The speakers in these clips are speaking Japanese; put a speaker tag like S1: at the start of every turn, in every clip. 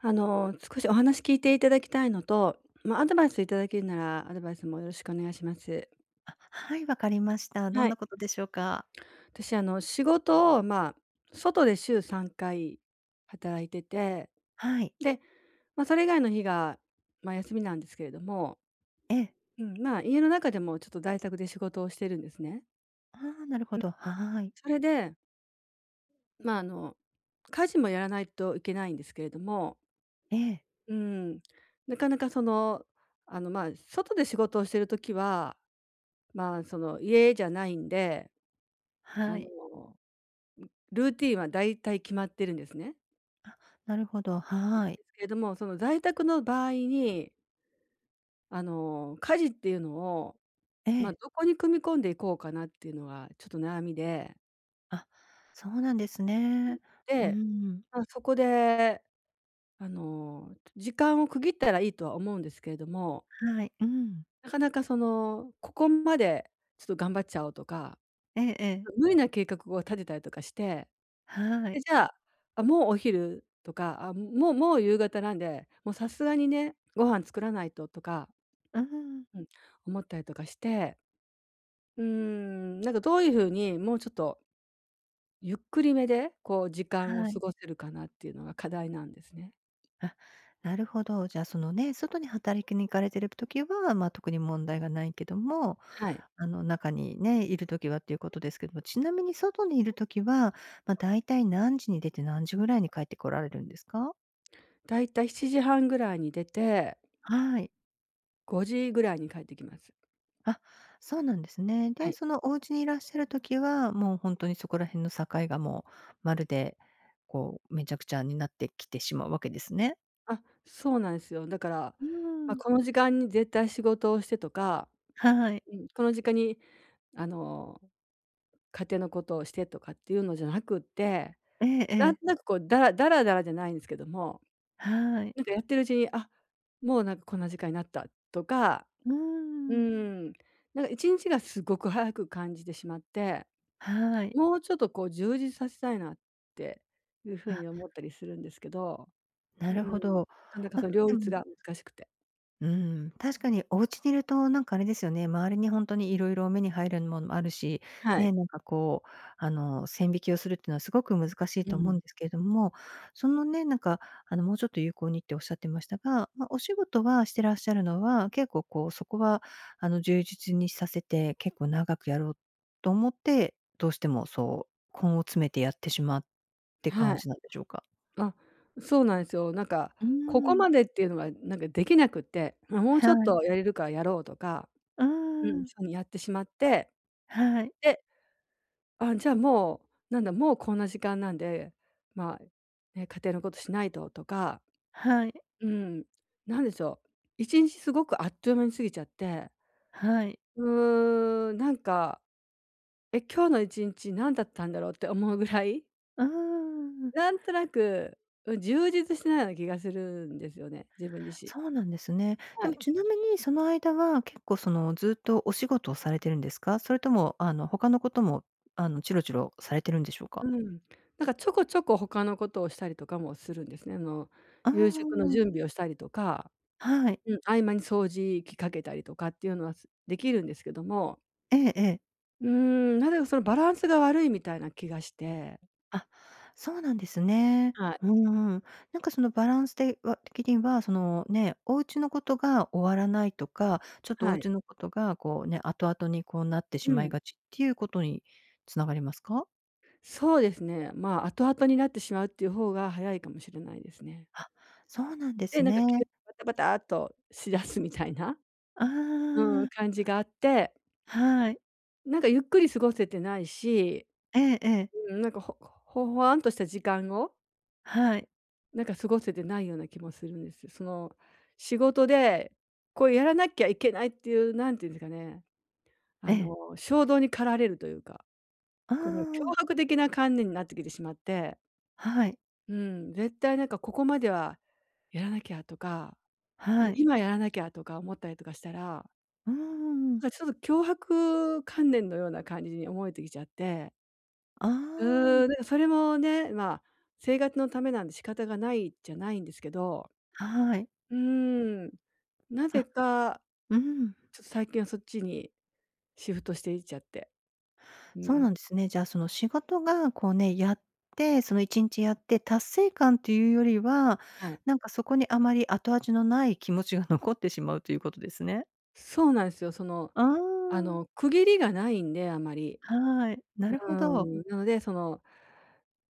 S1: 少しお話聞いていただきたいのと、アドバイスいただけるなら、アドバイスもよろしくお願いします。
S2: あ、はい、わかりました。ど
S1: は
S2: んな
S1: い。
S2: ことでしょうか？
S1: 私仕事を、外で週3回働いてて、
S2: はい。
S1: で、それ以外の日が、休みなんですけれども、
S2: ええ。
S1: 家の中でもちょっと在宅で仕事をしてるんですね。
S2: ああ、なるほど。はい。
S1: それで、まあ、あの、家事もやらないといけないんですけれども、
S2: ええ。
S1: うん、なかなか外で仕事をしてる時は家じゃないんで、あ
S2: は
S1: の、
S2: い。
S1: ルーティンは大体決まってるんですね。
S2: あ、なるほど。はい。
S1: ですけれども、その在宅の場合に、家事っていうのを、
S2: ええ。
S1: どこに組み込んでいこうかなっていうのがちょっと悩みで、
S2: あ、そうなんですね。うー
S1: で、
S2: ん。
S1: そこで、時間を区切ったらいいとは思うんですけれども、
S2: はい。うん。
S1: なかなかここまでちょっと頑張っちゃおうとか、
S2: ええええ。
S1: 無理な計画を立てたりとかして、
S2: は
S1: で、
S2: い。
S1: じゃあ、あ、もうお昼とか、あ、もう夕方なんで、もうさすがにね、ご飯作らないととか、
S2: うーん。
S1: うん、思ったりとかして、なんかどういう風に、もうちょっとゆっくりめで、こう時間を
S2: は
S1: 過
S2: い。
S1: ごせるかなっていうのが課題なんですね。
S2: あ、なるほど。じゃあ、そのね、外に働きに行かれてる時は、まあ、特に問題がないけども、
S1: はい。
S2: あの、中にね、いる時はっていうことですけども、ちなみに外にいる時は、まあ、大体何時に出て何時ぐらいに帰ってこられるんですか？
S1: だいたい7時半ぐらいに出て、
S2: はい。
S1: 5時ぐらいに帰ってきます。
S2: あ、そうなんですね。
S1: は
S2: で、
S1: い。
S2: そのお家にいらっしゃる時は、もう本当にそこら辺の境がもう、まるで、こう、めちゃくちゃになってきてしまうわけですね。
S1: あ、そうなんですよ。だから、
S2: う
S1: ま、
S2: ん。
S1: この時間に絶対仕事をしてとか、
S2: はい。
S1: うん、この時間にあの、家庭のことをしてとかっていうのじゃなくって、
S2: えええ
S1: なん
S2: え。
S1: となくこうだらだらだらじゃないんですけども、
S2: はい。
S1: なんかやってるうちに、あ、もうなんかこんな時間になったとか、
S2: う
S1: う
S2: ん。
S1: ん、なんか1日がすごく早く感じてしまって、
S2: はい。
S1: もうちょっとこう充実させたいなっていうふう
S2: あ、
S1: に思ったりするんですけど、
S2: な
S1: う
S2: る
S1: ん、な
S2: ほど。
S1: かなかそ
S2: あ、
S1: の両
S2: で
S1: 立
S2: も
S1: が難しくて。
S2: う確かにお家にいると、なんかあれですよね、周りに本当にいろいろ目に入るものもあるし、
S1: は
S2: ね、
S1: い。
S2: なんかこう、線引きをするっていうのはすごく難しい
S1: う
S2: と思う
S1: ん。
S2: んですけれども、そのね、なんか、もうちょっと有効にっておっしゃってましたが、まあ、お仕事はしてらっしゃるのは、結構こう、そこは、充実にさせて、結構長くやろうと思って、どうしてもそう、根を詰めてやってしまうって感
S1: はい。
S2: じなんでしょうか？
S1: あ、そうなんですよ。
S2: う
S1: ここ
S2: ん。
S1: までっていうのがなんかできなくって、ま、もうち
S2: は
S1: ょっ
S2: い。
S1: とやれるからやろうとか、
S2: うー
S1: うん、
S2: ん、
S1: そうにやってしまって、
S2: はい、
S1: で、あ、じゃあもう、なんだ、もうこんな時間なんで、まあ、ね、家庭のことしないととか、
S2: はい、
S1: うん、なんでしょう、一日すごくあっという間に過ぎちゃって、
S2: はい。
S1: うーん、なんか、え、今日の一日何だったんだろうって思うぐらい、
S2: うーん、
S1: なんとなく、うん、充実してないような気がするんですよね、自分自身。
S2: そうなんですね。
S1: は
S2: でも
S1: い。
S2: ちなみにその間は結構そのずっとお仕事をされてるんですか？それともあの他のこともあのチロチロされてるんでしょう
S1: う
S2: か？
S1: ん。なんかちょこちょこ他のことをしたりとかもするんですね。
S2: あ
S1: 夕食の
S2: あ
S1: 準備をしたりとか、
S2: はい。
S1: うん、合間に掃除機かけたりとかっていうのは、すできるんですけども、
S2: ええええ。
S1: なぜかそのバランスが悪いみたいな気がして、
S2: あ、そうなんですね。
S1: は
S2: う
S1: い、
S2: ーん。なんかそのバランスでは的にはそのね、お家のことが終わらないとか、ちょっとお
S1: はい。
S2: 家のことがこうね、後々にこうなってし
S1: う
S2: まい
S1: ん。
S2: がちっていうことに繋がりますか？
S1: そうですね、後々になってしまうっていう方が早いかもしれないですね。
S2: あ、そうなんで
S1: で、
S2: す
S1: なんか急に
S2: ね。
S1: バタバタっとしだすみたいな、
S2: あ
S1: うん、
S2: あ、
S1: 感じがあって、
S2: はい。
S1: なんかゆっくり過ごせてないし、
S2: ええええ、
S1: うん、なんかほほほわんとした時間を
S2: はい、
S1: なんか過ごせてないような気もするんですよ。その、仕事で、こうやらなきゃいけないっていう、なんていうんですかね、
S2: ええ。
S1: 衝動に駆られるというか、
S2: あ
S1: この強
S2: あ、
S1: 迫的な観念になってきてしまって、
S2: はい、
S1: うん、絶対なんかここまではやらなきゃとか、い
S2: はい。
S1: 今やらなきゃとか思ったりとかしたら、
S2: うーん。
S1: なんかちょっと強迫観念のような感じに思えてきちゃって、
S2: あ
S1: それもね、生活のためなんで仕方がないじゃないんですけど、
S2: あ、はい。
S1: うーん。なぜ
S2: あ、
S1: か、
S2: うん、
S1: ちょっと最近はそっちにシフトしていっちゃって。う
S2: そう
S1: ん。
S2: なんですね。じゃあ、その仕事がこうね、やって、その1日やって達成感というよりは、
S1: はい。
S2: なんかそこにあまり後味のない気持ちが 残ってしまうということですね。
S1: そうなんですよ。
S2: ああ、
S1: 区切りがないんで、あまり。
S2: はい。なるほど。
S1: なので、その、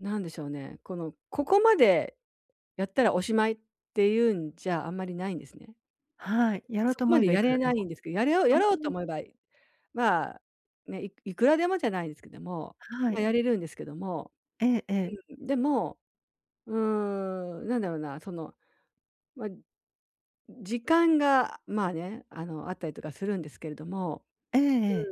S1: なんでしょうね、この、ここまでやったらおしまいっていうんじゃあんまりないんですね。
S2: はい。やろう
S1: そ
S2: と
S1: こ
S2: 思
S1: ま
S2: え
S1: で
S2: ばい
S1: や
S2: く
S1: れ
S2: らで
S1: な
S2: も。
S1: いんですけど、やれよ
S2: あ
S1: や
S2: あ、
S1: ろうと思えば、まあ、ね、いいくらでもじゃないですけども、
S2: は
S1: ま、
S2: い。
S1: やれるんですけども、
S2: ええええ。
S1: でも、うーん、なんだろうな、その、ま時間が、まあね、あったりとかするんですけれども、
S2: ええええ。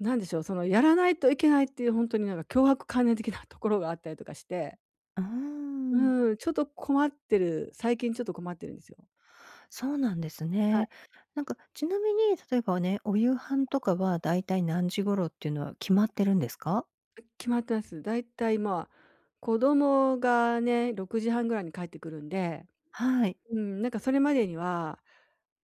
S1: うん。なんでしょう、そのやらないといけないっていう本当になんか強迫観念的なところがあったりとかして、
S2: うーん、
S1: うん、ちょっと困ってる、最近ちょっと困ってるんですよ。
S2: そうなんです
S1: は
S2: ね。
S1: い。
S2: なんかちなみに、例えばね、お夕飯とかはだいたい何時頃っていうのは決まってるんですか？
S1: 決まってます。だいたい、子供がね、6時半ぐらいに帰ってくるんで、
S2: はい。
S1: うん、なんかそれまでには、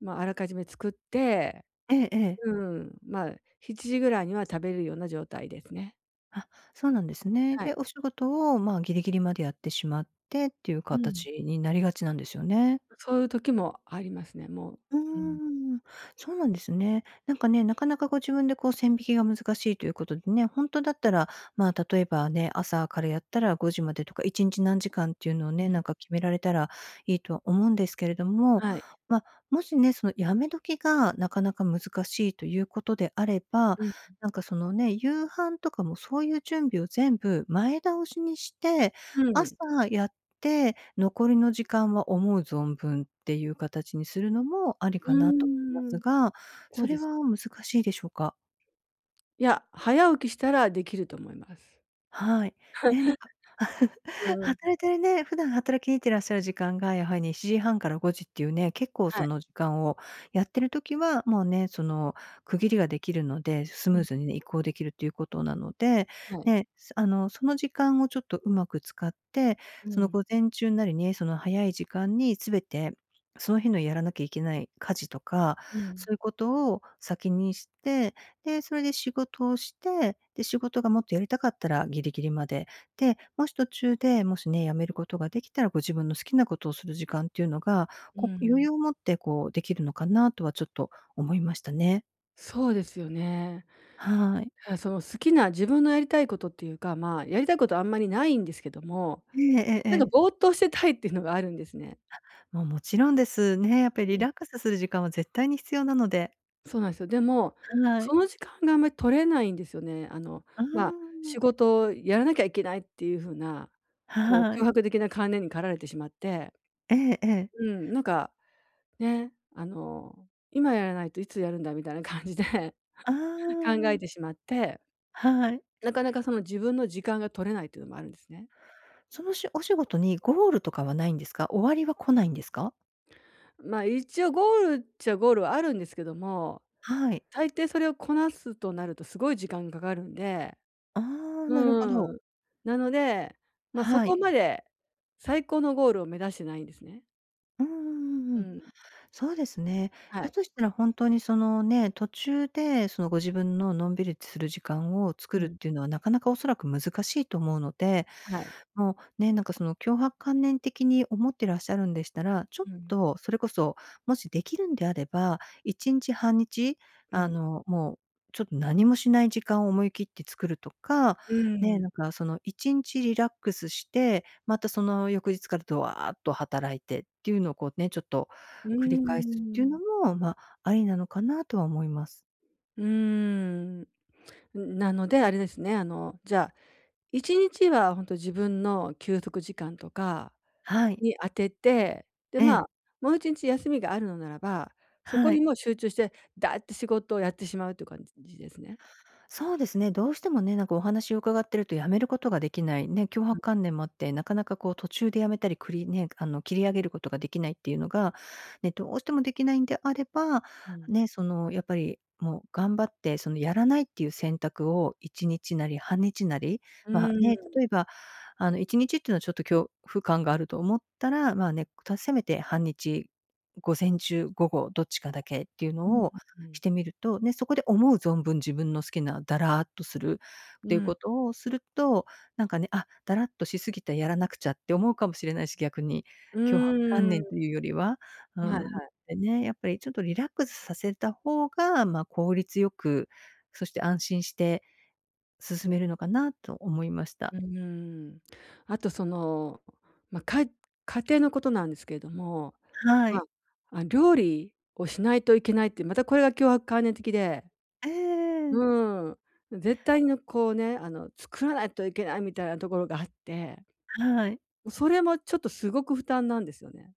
S1: あらかじめ作って、
S2: ええええ。
S1: うん、まあ、7時ぐらいには食べれるような状態ですね。
S2: あ、そうなんですね。
S1: は
S2: で、
S1: い。
S2: お仕事を、まあ、ギリギリまでやってしまってっていう
S1: うん。
S2: 形になりがちなんですよね。
S1: そういう時もありますね、も
S2: うー
S1: う。うん。
S2: ん、そうなんですね。なんかね、なかなかご自分でこう線引きが難しいということでね、本当だったら、まあ、例えばね、朝からやったら5時までとか、1日何時間っていうのを
S1: う
S2: ね、
S1: ん。
S2: なんか決められたらいいとは思うんですけれども、
S1: はい。
S2: ま、もしね、そのやめ時がなかなか難しいということであれば、
S1: うん。
S2: なんかそのね、夕飯とかもそういう準備を全部前倒しにして、
S1: うん。
S2: 朝やって、残りの時間は思う存分っていう形にするのもあり
S1: う
S2: かなと思いま
S1: ー
S2: す
S1: ん。
S2: が、
S1: そ
S2: そ
S1: うで
S2: れ
S1: す。
S2: は難しいでしょうか？
S1: いや、早起きしたらできると思います。
S2: はい。ね、なんか
S1: うん。
S2: 働いてるね、普段働きに行ってらっしゃる時間が、やはり7時半から5時っていうね、結構
S1: は
S2: そ
S1: い。
S2: の時間をやってる時は、もうね、その、区切りができるので、ス
S1: う
S2: ムー
S1: ん。
S2: ズにね、移行できるということなので、
S1: はい。
S2: ね、すあの、その時間をちょっとうまく使って、
S1: う
S2: その
S1: ん。
S2: 午前中なりね、その早い時間に全て、その日のやらなきゃいけない家事とか、
S1: う
S2: そ
S1: ん。
S2: ういうことを先にしてで、それで仕事をして、で、仕事がもっとやりたかったらギリギリまで。で、もし途中で、もしね、辞めることができたら、ご自分の好きなことをする時間っていうのが、
S1: う
S2: こう、余
S1: ん。
S2: 裕を持ってこうできるのかなとはちょっと思いましたね。
S1: そうですよね。
S2: はい。
S1: だからその好きな自分のやりたいことっていうか、やりたいことあんまりないんですけども、
S2: えええええ
S1: なんか
S2: え。
S1: ぼーっとしてたいっていうのがあるんですね。
S2: もうもちろんですね。やっぱ
S1: う
S2: りリ
S1: ん。
S2: ラックスする時間は絶対に必要なので。
S1: そうなんですよ。でも、
S2: はい。
S1: その時間があんまり取れないんですよね。まあ、
S2: ああ
S1: 仕事をやらなきゃいけないっていう風な、こう、
S2: は
S1: 強
S2: い。
S1: 迫的な観念に駆られてしまって、
S2: ええええ。
S1: うん、なんか、ね、今やらないといつやるんだみたいな感じで
S2: あ
S1: 考え
S2: あ、
S1: てしまって、
S2: はい。
S1: なかなかその自分の時間が取れないっていうのもあるんですね。
S2: そのしお仕事にゴールとかはないんですか？終わりは来ないんですか？
S1: 一応ゴールっちゃゴールはあるんですけども、
S2: はい。
S1: 大抵それをこなすとなるとすごい時間がかかるんで、
S2: ああ、なるほ
S1: う
S2: ど。
S1: ん。なので、そ
S2: は
S1: こ
S2: い。
S1: まで最高のゴールを目指してないんですね。
S2: うんうんうん
S1: う
S2: うん
S1: ん。
S2: そうですね。
S1: は
S2: だ
S1: い。
S2: としたら本当にそのね、途中でそのご自分ののんびりする時間を作
S1: う
S2: るっ
S1: ん。
S2: ていうのはなかなかおそらく難しいと思うので、
S1: はい。
S2: もうね、なんかその強迫観念的に思ってらっしゃるんでしたら、ちょっ
S1: うん。
S2: とそれこそ、もしできるんであれば、1日半日、
S1: うん。
S2: もうちょっと何もしない時間を思い切って作るとか、
S1: う
S2: ね、
S1: ん。
S2: なんかその1日リラックスして、またその翌日からドワーッと働いてっていうのをこうね、ちょっと
S1: う
S2: 繰り返
S1: ー
S2: すっていうの
S1: ん。
S2: も、まあ、ありなのかなとは思います。
S1: うーん。なので、あれですね、じゃあ、1日はほんと自分の休息時間とか
S2: はい。
S1: に当てて、で、
S2: ええ、
S1: もう1日休みがあるのならば、そこ
S2: は
S1: に
S2: い。
S1: もう集中して、だって仕事をやってしまうという感じですね。
S2: そうですね、どうしてもね、なんかお話を伺ってるとやめることができない、ね、強
S1: うん。
S2: 迫観念もあって、なかなかこう途中でやめたり、くりね、切り上げることができないっていうのが、ね、どうしてもできないんであれば、
S1: うん。
S2: ね、その、やっぱり、もう頑張って、そのやらないっていう選択を1日なり半日なり、
S1: う
S2: まあ
S1: ー
S2: ね、
S1: ん。
S2: 例えば、あの1日っていうのはちょっと恐怖感があると思ったら、まあね、たせめて半日、午前中、午後、どっちかだけっていう
S1: うん。
S2: のを
S1: うんうん。
S2: してみると、ね、そこで思う存分自分の好きなだらーっとするっ
S1: う
S2: ていう
S1: ん。
S2: ことをすると、なんかね、あ、だらっとしすぎた、やらなくちゃって思うかもしれないし、逆に。
S1: う
S2: 強迫観
S1: ー
S2: 念と
S1: ん、
S2: いうよりは、う
S1: はい。
S2: ん、でね、やっぱりちょっとリラックスさせた方が、まあ、効率よく、そして安心して進めるのかなと思いました。
S1: うーん。あとま、かい家庭のことなんですけれども、
S2: は
S1: ま、
S2: い。
S1: あ、料理をしないといけないって、またこれが強迫観念的で、
S2: ええ。
S1: うーん、絶対のこうね、作らないといけないみたいなところがあって、
S2: はい。
S1: それもちょっとすごく負担なんですよね。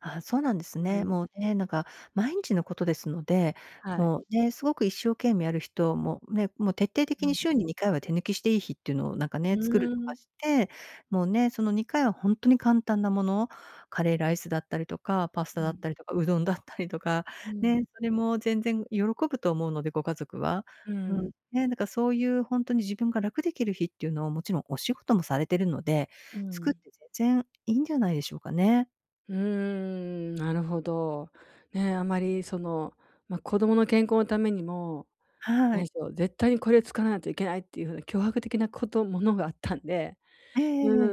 S2: あ、そうなんです
S1: う
S2: ね。
S1: ん、
S2: もうね、なんか毎日のことですので、
S1: はい。
S2: もうね、すごく一生懸命やる人も、ね、もう徹底
S1: う
S2: 的に
S1: ん。
S2: 週に2回は手抜きしていい日っていうのをなんか
S1: う
S2: ね、作る
S1: ー
S2: とか
S1: ん。
S2: して、もうね、その2回は本当に簡単なもの、カレーライスだったりとか、パスタ
S1: う
S2: だっ
S1: ん。
S2: たりとか、うどんだったりとか、
S1: う
S2: ね、
S1: ん。
S2: それも全然喜ぶと思うので、ご家族は。
S1: う
S2: うん。
S1: ん。
S2: ね、だからそういう本当に自分が楽できる日っていうのを、もちろんお仕事もされてるので、
S1: う
S2: 作っ
S1: ん。
S2: て全然いいんじゃないでしょうかね。
S1: うーん、なるほど。ね、あまりその、ま、子供の健康のためにも、
S2: は
S1: なで
S2: い。
S1: しょう、絶対にこれを使わないといけないっていう風な強迫的なこと、ものがあったんで、
S2: え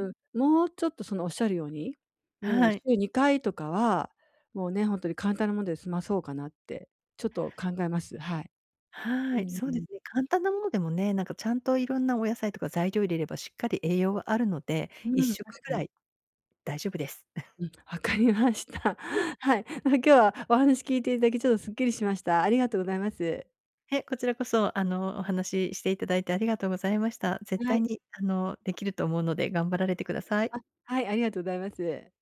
S2: ええ
S1: ん、
S2: え
S1: もうちょっとそのおっしゃるように、うん、
S2: はい。
S1: 週2回とかは、もうね、ほんとに簡単なもので済まそうかなって、ちょっと考えます。はい。
S2: は
S1: うん
S2: い。
S1: うん
S2: そ
S1: う
S2: うで
S1: ん。
S2: すね。簡単なものでもね、なんかちゃんといろんなお野菜とか材料入れればしっかり栄養はあるので、
S1: う
S2: 1
S1: ん、
S2: 食
S1: 確
S2: ぐ
S1: か
S2: ら
S1: に。
S2: い大丈夫です。
S1: うん、わかりました。はい。なんか今日はお話聞いていただき、ちょっとすっきりしました。ありがとうございます。
S2: え、こちらこそ、お話ししていただいてありがとうございました。絶
S1: は
S2: 対
S1: い。
S2: に、できると思うので頑張られてください。
S1: あ、はい、ありがとうございます。